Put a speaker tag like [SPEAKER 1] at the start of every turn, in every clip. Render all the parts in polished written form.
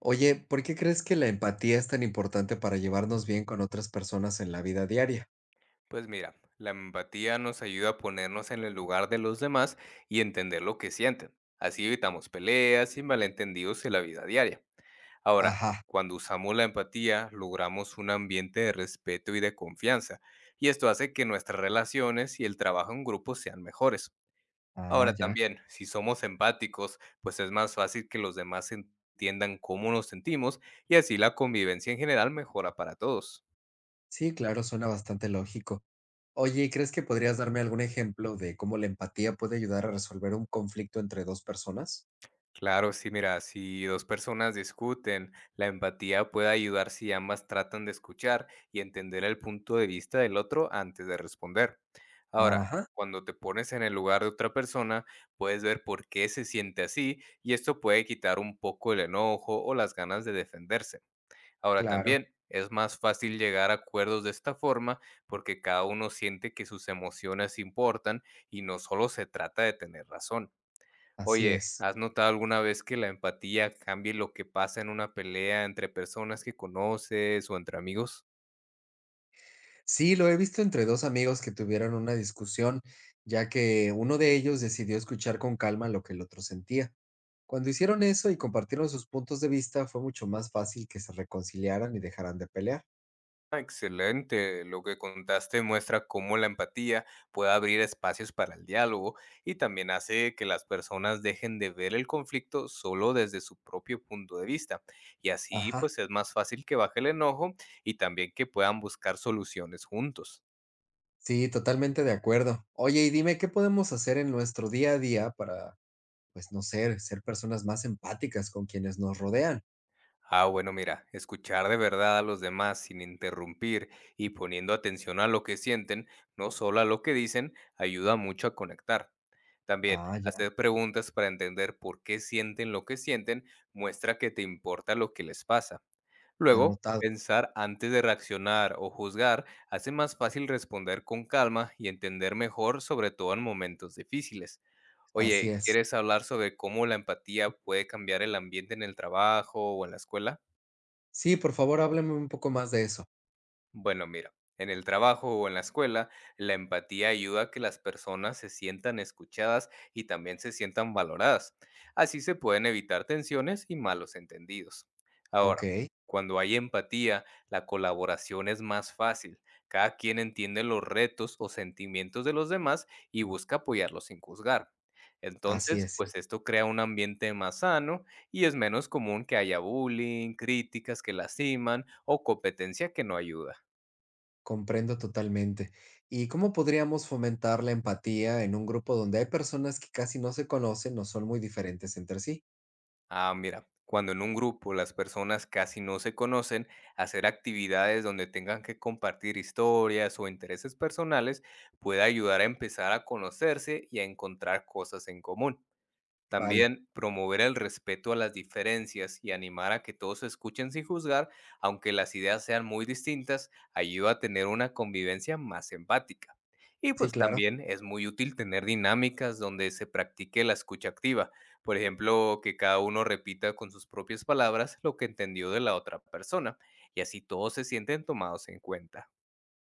[SPEAKER 1] Oye, ¿por qué crees que la empatía es tan importante para llevarnos bien con otras personas en la vida diaria?
[SPEAKER 2] Pues mira, la empatía nos ayuda a ponernos en el lugar de los demás y entender lo que sienten. Así evitamos peleas y malentendidos en la vida diaria. Ahora,
[SPEAKER 1] Ajá,
[SPEAKER 2] cuando usamos la empatía, logramos un ambiente de respeto y de confianza, y esto hace que nuestras relaciones y el trabajo en grupo sean mejores.
[SPEAKER 1] ah,
[SPEAKER 2] Ahora
[SPEAKER 1] ya.
[SPEAKER 2] también, si somos empáticos, pues es más fácil que los demás entiendan cómo nos sentimos y así la convivencia en general mejora para todos.
[SPEAKER 1] Sí, claro, suena bastante lógico. Oye, ¿y crees que podrías darme algún ejemplo de cómo la empatía puede ayudar a resolver un conflicto entre dos personas?
[SPEAKER 2] Claro, sí, mira, si dos personas discuten, la empatía puede ayudar si ambas tratan de escuchar y entender el punto de vista del otro antes de responder. Ahora,
[SPEAKER 1] Ajá,
[SPEAKER 2] cuando te pones en el lugar de otra persona, puedes ver por qué se siente así y esto puede quitar un poco el enojo o las ganas de defenderse. Ahora
[SPEAKER 1] claro,
[SPEAKER 2] también es más fácil llegar a acuerdos de esta forma porque cada uno siente que sus emociones importan y no solo se trata de tener razón.
[SPEAKER 1] así
[SPEAKER 2] Oye,
[SPEAKER 1] es.
[SPEAKER 2] ¿has notado alguna vez que la empatía cambie lo que pasa en una pelea entre personas que conoces o entre amigos?
[SPEAKER 1] Sí, lo he visto entre dos amigos que tuvieron una discusión, ya que uno de ellos decidió escuchar con calma lo que el otro sentía. Cuando hicieron eso y compartieron sus puntos de vista, fue mucho más fácil que se reconciliaran y dejaran de pelear.
[SPEAKER 2] Ah, excelente, lo que contaste muestra cómo la empatía puede abrir espacios para el diálogo y también hace que las personas dejen de ver el conflicto solo desde su propio punto de vista. Y así
[SPEAKER 1] Ajá,
[SPEAKER 2] pues es más fácil que baje el enojo y también que puedan buscar soluciones juntos.
[SPEAKER 1] sí, totalmente de acuerdo. Oye, y dime, ¿qué podemos hacer en nuestro día a día para, pues no sé, ser personas más empáticas con quienes nos rodean?
[SPEAKER 2] Ah, bueno, mira, escuchar de verdad a los demás sin interrumpir y poniendo atención a lo que sienten, no solo a lo que dicen, ayuda mucho a conectar. También
[SPEAKER 1] Ah, ya,
[SPEAKER 2] hacer preguntas para entender por qué sienten lo que sienten muestra que te importa lo que les pasa. Luego,
[SPEAKER 1] anotado.
[SPEAKER 2] pensar antes de reaccionar o juzgar hace más fácil responder con calma y entender mejor, sobre todo en momentos difíciles.
[SPEAKER 1] Así
[SPEAKER 2] Oye,
[SPEAKER 1] es.
[SPEAKER 2] ¿quieres hablar sobre cómo la empatía puede cambiar el ambiente en el trabajo o en la escuela?
[SPEAKER 1] Sí, por favor, háblame un poco más de eso.
[SPEAKER 2] Bueno, mira, en el trabajo o en la escuela, la empatía ayuda a que las personas se sientan escuchadas y también se sientan valoradas. Así se pueden evitar tensiones y malos entendidos. Ahora,
[SPEAKER 1] Ok,
[SPEAKER 2] cuando hay empatía, la colaboración es más fácil. Cada quien entiende los retos o sentimientos de los demás y busca apoyarlos sin juzgar.
[SPEAKER 1] así
[SPEAKER 2] Entonces,
[SPEAKER 1] es,
[SPEAKER 2] pues
[SPEAKER 1] sí.
[SPEAKER 2] esto crea un ambiente más sano y es menos común que haya bullying, críticas que lastiman o competencia que no ayuda.
[SPEAKER 1] Comprendo totalmente. ¿Y cómo podríamos fomentar la empatía en un grupo donde hay personas que casi no se conocen o son muy diferentes entre sí?
[SPEAKER 2] Ah, mira, cuando en un grupo las personas casi no se conocen, hacer actividades donde tengan que compartir historias o intereses personales puede ayudar a empezar a conocerse y a encontrar cosas en común.
[SPEAKER 1] Vale,
[SPEAKER 2] También promover el respeto a las diferencias y animar a que todos se escuchen sin juzgar, aunque las ideas sean muy distintas, ayuda a tener una convivencia más empática. Y
[SPEAKER 1] sí,
[SPEAKER 2] pues
[SPEAKER 1] claro.
[SPEAKER 2] también es muy útil tener dinámicas donde se practique la escucha activa, por ejemplo, que cada uno repita con sus propias palabras lo que entendió de la otra persona, y así todos se sienten tomados en cuenta.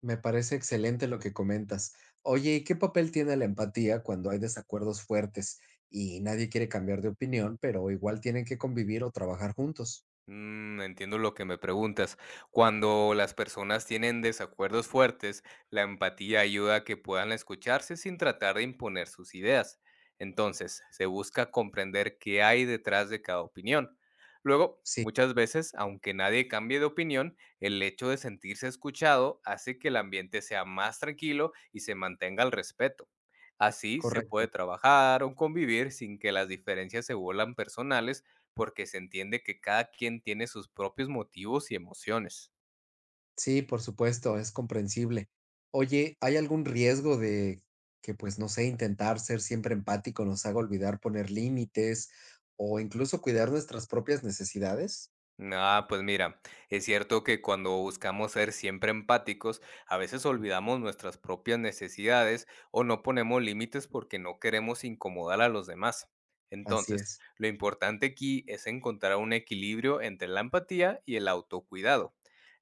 [SPEAKER 1] Me parece excelente lo que comentas. Oye, ¿y qué papel tiene la empatía cuando hay desacuerdos fuertes y nadie quiere cambiar de opinión, pero igual tienen que convivir o trabajar juntos?
[SPEAKER 2] Mm, entiendo lo que me preguntas. Cuando las personas tienen desacuerdos fuertes, la empatía ayuda a que puedan escucharse sin tratar de imponer sus ideas. Entonces, se busca comprender qué hay detrás de cada opinión. Luego,
[SPEAKER 1] Sí,
[SPEAKER 2] muchas veces, aunque nadie cambie de opinión, el hecho de sentirse escuchado hace que el ambiente sea más tranquilo y se mantenga el respeto. Así se puede
[SPEAKER 1] correcto.
[SPEAKER 2] trabajar o convivir sin que las diferencias se vuelvan personales porque se entiende que cada quien tiene sus propios motivos y emociones.
[SPEAKER 1] Sí, por supuesto, es comprensible. Oye, ¿hay algún riesgo de que, pues, no sé, intentar ser siempre empático nos haga olvidar poner límites o incluso cuidar nuestras propias necesidades?
[SPEAKER 2] Ah, pues mira, es cierto que cuando buscamos ser siempre empáticos, a veces olvidamos nuestras propias necesidades o no ponemos límites porque no queremos incomodar a los demás.
[SPEAKER 1] Así
[SPEAKER 2] Entonces,
[SPEAKER 1] es.
[SPEAKER 2] lo importante aquí es encontrar un equilibrio entre la empatía y el autocuidado.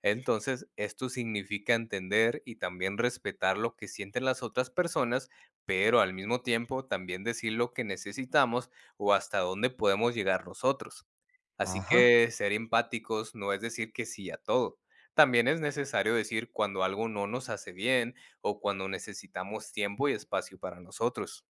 [SPEAKER 2] Entonces, esto significa entender y también respetar lo que sienten las otras personas, pero al mismo tiempo también decir lo que necesitamos o hasta dónde podemos llegar nosotros. Así
[SPEAKER 1] Ajá,
[SPEAKER 2] que ser empáticos no es decir que sí a todo. También es necesario decir cuando algo no nos hace bien o cuando necesitamos tiempo y espacio para nosotros.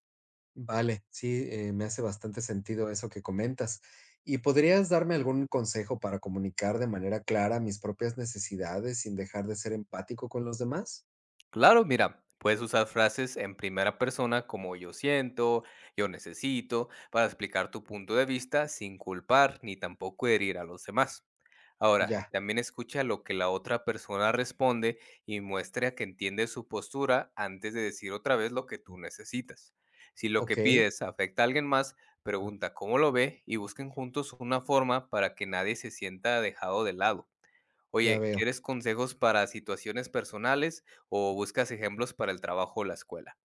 [SPEAKER 1] vale, sí, me hace bastante sentido eso que comentas. ¿Y podrías darme algún consejo para comunicar de manera clara mis propias necesidades sin dejar de ser empático con los demás?
[SPEAKER 2] Claro, mira, puedes usar frases en primera persona como yo siento, yo necesito, para explicar tu punto de vista sin culpar ni tampoco herir a los demás. Ahora,
[SPEAKER 1] Ya,
[SPEAKER 2] también escucha lo que la otra persona responde y muestra que entiende su postura antes de decir otra vez lo que tú necesitas. Si lo que
[SPEAKER 1] ok,
[SPEAKER 2] pides afecta a alguien más, pregunta cómo lo ve y busquen juntos una forma para que nadie se sienta dejado de lado.
[SPEAKER 1] ya
[SPEAKER 2] Oye,
[SPEAKER 1] veo.
[SPEAKER 2] ¿quieres consejos para situaciones personales o buscas ejemplos para el trabajo o la escuela?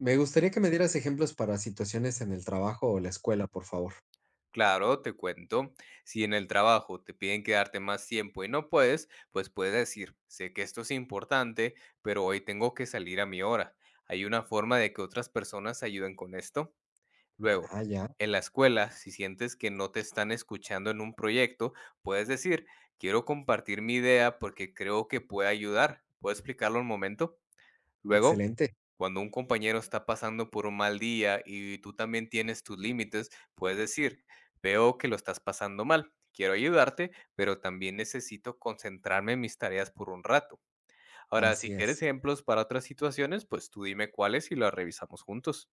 [SPEAKER 1] Me gustaría que me dieras ejemplos para situaciones en el trabajo o la escuela, por favor.
[SPEAKER 2] Claro, te cuento. Si en el trabajo te piden quedarte más tiempo y no puedes, pues puedes decir, sé que esto es importante, pero hoy tengo que salir a mi hora. ¿Hay una forma de que otras personas ayuden con esto? Luego,
[SPEAKER 1] Ah, ya,
[SPEAKER 2] en la escuela, si sientes que no te están escuchando en un proyecto, puedes decir, quiero compartir mi idea porque creo que puede ayudar. ¿Puedo explicarlo un momento? Luego,
[SPEAKER 1] excelente.
[SPEAKER 2] cuando un compañero está pasando por un mal día y tú también tienes tus límites, puedes decir, veo que lo estás pasando mal, quiero ayudarte, pero también necesito concentrarme en mis tareas por un rato. Ahora,
[SPEAKER 1] Así
[SPEAKER 2] si quieres
[SPEAKER 1] es.
[SPEAKER 2] ejemplos para otras situaciones, pues tú dime cuáles y las revisamos juntos.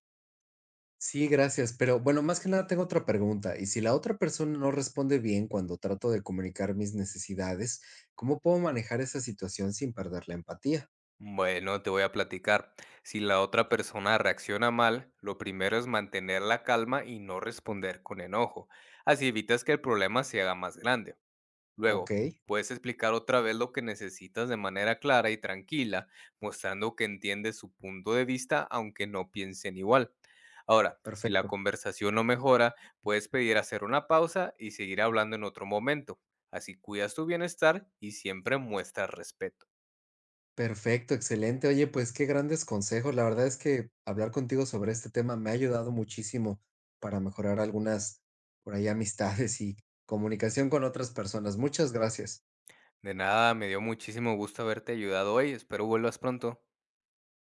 [SPEAKER 1] Sí, gracias. Pero bueno, más que nada tengo otra pregunta. Y si la otra persona no responde bien cuando trato de comunicar mis necesidades, ¿cómo puedo manejar esa situación sin perder la empatía?
[SPEAKER 2] Bueno, te voy a platicar. Si la otra persona reacciona mal, lo primero es mantener la calma y no responder con enojo. Así evitas que el problema se haga más grande. Luego,
[SPEAKER 1] Ok,
[SPEAKER 2] puedes explicar otra vez lo que necesitas de manera clara y tranquila, mostrando que entiendes su punto de vista aunque no piensen igual. Ahora, si la
[SPEAKER 1] perfecto.
[SPEAKER 2] conversación no mejora, puedes pedir hacer una pausa y seguir hablando en otro momento. Así cuidas tu bienestar y siempre muestras respeto.
[SPEAKER 1] Perfecto, excelente. Oye, pues qué grandes consejos. La verdad es que hablar contigo sobre este tema me ha ayudado muchísimo para mejorar algunas por ahí amistades y comunicación con otras personas. Muchas gracias.
[SPEAKER 2] De nada, me dio muchísimo gusto haberte ayudado hoy. Espero vuelvas pronto.